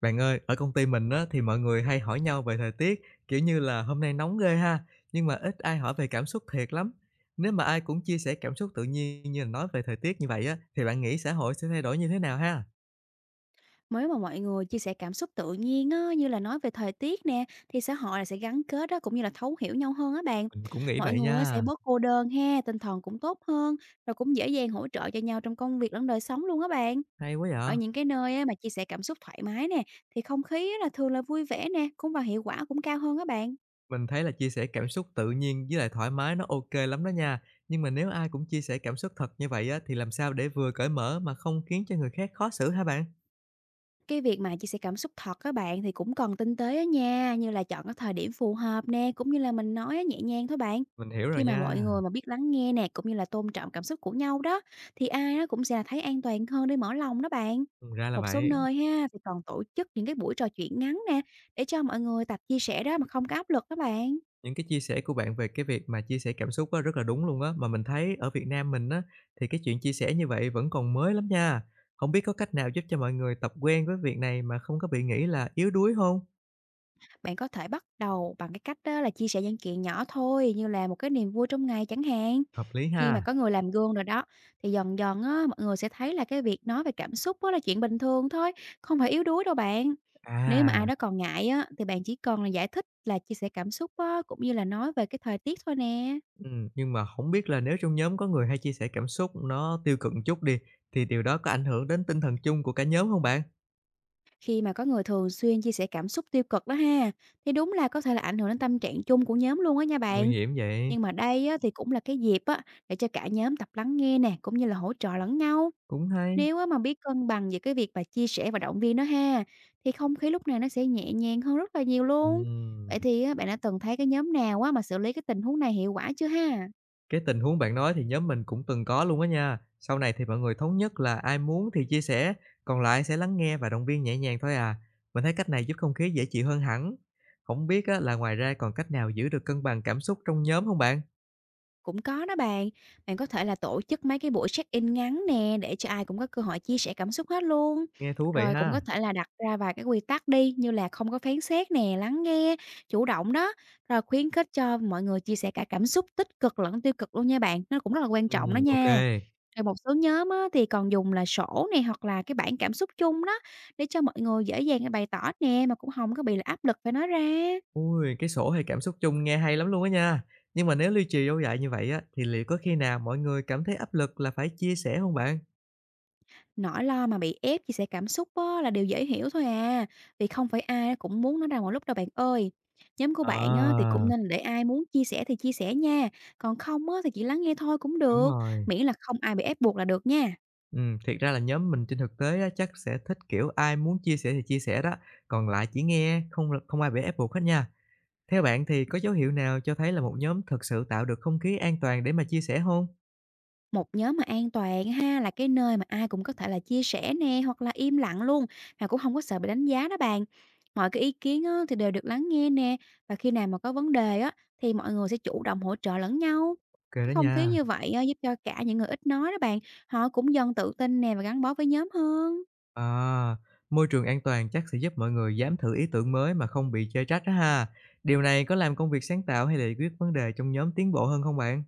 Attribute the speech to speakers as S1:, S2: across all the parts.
S1: Bạn ơi, ở công ty mình á, thì mọi người hay hỏi nhau về thời tiết, kiểu như là hôm nay nóng ghê ha, nhưng mà ít ai hỏi về cảm xúc thiệt lắm. Nếu mà ai cũng chia sẻ cảm xúc tự nhiên như là nói về thời tiết như vậy á, thì bạn nghĩ xã hội sẽ thay đổi như thế nào ha?
S2: Nếu mà mọi người chia sẻ cảm xúc tự nhiên á, như là nói về thời tiết nè, thì xã hội là sẽ gắn kết á, cũng như là thấu hiểu nhau hơn á bạn.
S1: Mình cũng nghĩ
S2: Mọi
S1: vậy
S2: người á, sẽ
S1: nha.
S2: bớt cô đơn ha, tinh thần cũng tốt hơn, rồi cũng dễ dàng hỗ trợ cho nhau trong công việc lẫn đời sống luôn á bạn.
S1: Hay quá
S2: Ở
S1: vậy.
S2: những cái nơi á, mà chia sẻ cảm xúc thoải mái nè, thì không khí á, là thường là vui vẻ nè, cũng và hiệu quả cũng cao hơn á bạn.
S1: Mình thấy là chia sẻ cảm xúc tự nhiên với lại thoải mái nó ok lắm đó nha. Nhưng mà nếu ai cũng chia sẻ cảm xúc thật như vậy á, thì làm sao để vừa cởi mở mà không khiến cho người khác khó xử hả bạn?
S2: Cái việc mà chia sẻ cảm xúc thật các bạn, thì cũng cần tinh tế á nha, như là chọn cái thời điểm phù hợp nè, cũng như là mình nói á nhẹ nhàng thôi bạn.
S1: Mình hiểu rồi
S2: Khi mà mọi
S1: nha.
S2: người mà biết lắng nghe nè, cũng như là tôn trọng cảm xúc của nhau đó, thì ai nó cũng sẽ là thấy an toàn hơn để mở lòng đó bạn.
S1: Ừ, ra là
S2: Một số
S1: vậy.
S2: nơi ha thì còn tổ chức những cái buổi trò chuyện ngắn nè, để cho mọi người tập chia sẻ đó mà không có áp lực đó bạn.
S1: Những cái chia sẻ của bạn về cái việc mà chia sẻ cảm xúc á, rất là đúng luôn á, mà mình thấy ở Việt Nam mình á, thì cái chuyện chia sẻ như vậy vẫn còn mới lắm nha. Không biết có cách nào giúp cho mọi người tập quen với việc này mà không có bị nghĩ là yếu đuối không?
S2: Bạn có thể bắt đầu bằng cái cách đó là chia sẻ những chuyện nhỏ thôi, như là một cái niềm vui trong ngày chẳng hạn.
S1: Hợp lý
S2: Khi mà
S1: ha.
S2: có người làm gương rồi đó, thì dần dần á, mọi người sẽ thấy là cái việc nói về cảm xúc á là chuyện bình thường thôi, không phải yếu đuối đâu bạn. Nếu mà ai
S1: À,
S2: đó còn ngại á, thì bạn chỉ cần là giải thích là chia sẻ cảm xúc á, cũng như là nói về cái thời tiết thôi nè.
S1: nhưng mà không biết là nếu trong nhóm có người hay chia sẻ cảm xúc nó tiêu cực một chút đi, thì điều đó có ảnh hưởng đến tinh thần chung của cả nhóm không bạn?
S2: Khi mà có người thường xuyên chia sẻ cảm xúc tiêu cực đó ha, thì đúng là có thể là ảnh hưởng đến tâm trạng chung của nhóm luôn á nha
S1: Nguy
S2: bạn.
S1: hiểm vậy,
S2: Nhưng mà đây á, thì cũng là cái dịp á, để cho cả nhóm tập lắng nghe nè, cũng như là hỗ trợ lẫn nhau.
S1: cũng hay.
S2: Nếu á mà biết cân bằng giữa cái việc mà chia sẻ và động viên nó ha, thì không khí lúc này nó sẽ nhẹ nhàng hơn rất là nhiều luôn.
S1: Ừm.
S2: Vậy thì á, bạn đã từng thấy cái nhóm nào á mà xử lý cái tình huống này hiệu quả chưa ha?
S1: Cái tình huống bạn nói thì nhóm mình cũng từng có luôn á nha. Sau này thì mọi người thống nhất là ai muốn thì chia sẻ, còn lại sẽ lắng nghe và động viên nhẹ nhàng thôi à. Mình thấy cách này giúp không khí dễ chịu hơn hẳn. Không biết á, là ngoài ra còn cách nào giữ được cân bằng cảm xúc trong nhóm không bạn?
S2: Cũng có đó bạn, bạn có thể là tổ chức mấy cái buổi check-in ngắn nè để cho ai cũng có cơ hội chia sẻ cảm xúc hết luôn.
S1: Nghe thú vị
S2: Rồi cũng
S1: ha.
S2: có thể là đặt ra vài cái quy tắc đi, như là không có phán xét nè, lắng nghe, chủ động đó. Rồi khuyến khích cho mọi người chia sẻ cả cảm xúc tích cực lẫn tiêu cực luôn nha bạn, nó cũng rất là quan trọng đó
S1: Ok.
S2: nha. Rồi một số nhóm á, thì còn dùng là sổ này hoặc là cái bảng cảm xúc chung đó, để cho mọi người dễ dàng để bày tỏ nè, mà cũng không có bị là áp lực phải nói ra.
S1: Ui, cái sổ hay cảm xúc chung nghe hay lắm luôn á nha. Nhưng mà nếu lưu trì lâu dài như vậy á, thì liệu có khi nào mọi người cảm thấy áp lực là phải chia sẻ không bạn?
S2: Nỗi lo mà bị ép chia sẻ cảm xúc á, là điều dễ hiểu thôi à, vì không phải ai cũng muốn nói ra mọi lúc đâu bạn ơi. Nhóm của bạn á, thì
S1: À,
S2: cũng nên để ai muốn chia sẻ thì chia sẻ nha, còn không á, thì chỉ lắng nghe thôi cũng
S1: đúng
S2: được,
S1: rồi.
S2: miễn là không ai bị ép buộc là được nha.
S1: Thiệt ra là nhóm mình trên thực tế á, chắc sẽ thích, kiểu, ai muốn chia sẻ thì chia sẻ đó, còn lại chỉ nghe, không không ai bị ép buộc hết nha. Theo bạn thì có dấu hiệu nào cho thấy là một nhóm thực sự tạo được không khí an toàn để mà chia sẻ không?
S2: Một nhóm mà an toàn ha, là cái nơi mà ai cũng có thể là chia sẻ nè, hoặc là im lặng luôn, mà cũng không có sợ bị đánh giá đó bạn. Mọi cái ý kiến á, thì đều được lắng nghe nè, và khi nào mà có vấn đề á, thì mọi người sẽ chủ động hỗ trợ lẫn nhau.
S1: Kê
S2: Cái
S1: đó
S2: không khí
S1: nha.
S2: như vậy á, giúp cho cả những người ít nói đó bạn, họ cũng dần tự tin nè và gắn bó với nhóm hơn.
S1: À, môi trường an toàn chắc sẽ giúp mọi người dám thử ý tưởng mới mà không bị chê trách á ha. Điều này có làm công việc sáng tạo hay là giải quyết vấn đề trong nhóm tiến bộ hơn không bạn?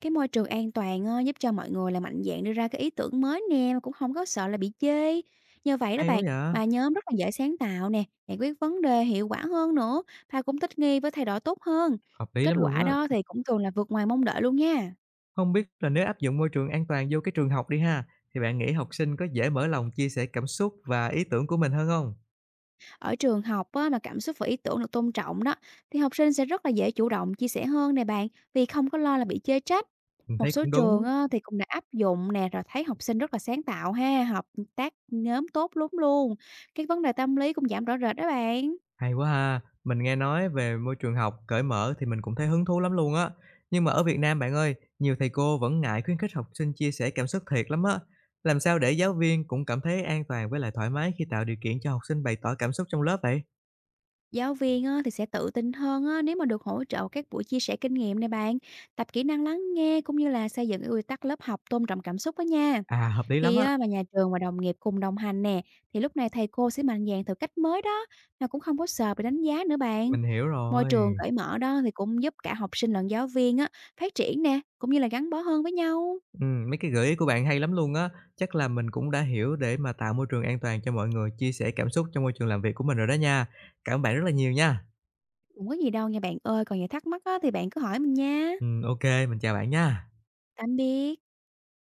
S2: Cái môi trường an toàn á, giúp cho mọi người là mạnh dạn đưa ra cái ý tưởng mới nè mà cũng không có sợ là bị chê. Nhờ vậy đó
S1: Hay quá
S2: bạn,
S1: vậy!
S2: mà nhóm rất là dễ sáng tạo nè, giải quyết vấn đề hiệu quả hơn nữa và cũng thích nghi với thay đổi tốt hơn.
S1: Hợp lý
S2: Kết
S1: lắm luôn
S2: quả
S1: á.
S2: đó thì cũng thường là vượt ngoài mong đợi luôn nha.
S1: Không biết là nếu áp dụng môi trường an toàn vô cái trường học đi ha, thì bạn nghĩ học sinh có dễ mở lòng chia sẻ cảm xúc và ý tưởng của mình hơn không?
S2: Ở trường học á, mà cảm xúc và ý tưởng được tôn trọng đó, thì học sinh sẽ rất là dễ chủ động chia sẻ hơn nè bạn, vì không có lo là bị chê trách.
S1: Mình
S2: Một
S1: thấy
S2: số
S1: cũng
S2: trường
S1: đúng,
S2: á, thì cũng đã áp dụng nè, rồi thấy học sinh rất là sáng tạo ha, hợp tác nhóm tốt lắm luôn. Cái vấn đề tâm lý cũng giảm rõ rệt đó bạn.
S1: hay quá ha. Mình nghe nói về môi trường học cởi mở thì mình cũng thấy hứng thú lắm luôn á. Nhưng mà ở Việt Nam bạn ơi, nhiều thầy cô vẫn ngại khuyến khích học sinh chia sẻ cảm xúc thiệt lắm á. Làm sao để giáo viên cũng cảm thấy an toàn với lại thoải mái khi tạo điều kiện cho học sinh bày tỏ cảm xúc trong lớp vậy?
S2: Giáo viên á, thì sẽ tự tin hơn á, nếu mà được hỗ trợ các buổi chia sẻ kinh nghiệm nè bạn, tập kỹ năng lắng nghe cũng như là xây dựng cái quy tắc lớp học tôn trọng cảm xúc đó nha.
S1: À, hợp lý lắm
S2: Khi
S1: á,
S2: á mà nhà trường và đồng nghiệp cùng đồng hành nè, thì lúc này thầy cô sẽ mạnh dạn thử cách mới đó, mà cũng không có sợ bị đánh giá nữa bạn.
S1: mình hiểu
S2: Môi trường
S1: rồi.
S2: cởi mở đó thì cũng giúp cả học sinh lẫn giáo viên á, phát triển nè, cũng như là gắn bó hơn với nhau.
S1: Mấy cái gợi ý của bạn hay lắm luôn á. Chắc là mình cũng đã hiểu để mà tạo môi trường an toàn cho mọi người chia sẻ cảm xúc trong môi trường làm việc của mình rồi đó nha. Cảm ơn bạn rất là nhiều nha.
S2: Cũng có gì đâu nha bạn ơi, còn những thắc mắc á, thì bạn cứ hỏi mình nha.
S1: Ô mình chào bạn nha.
S2: Tạm biệt.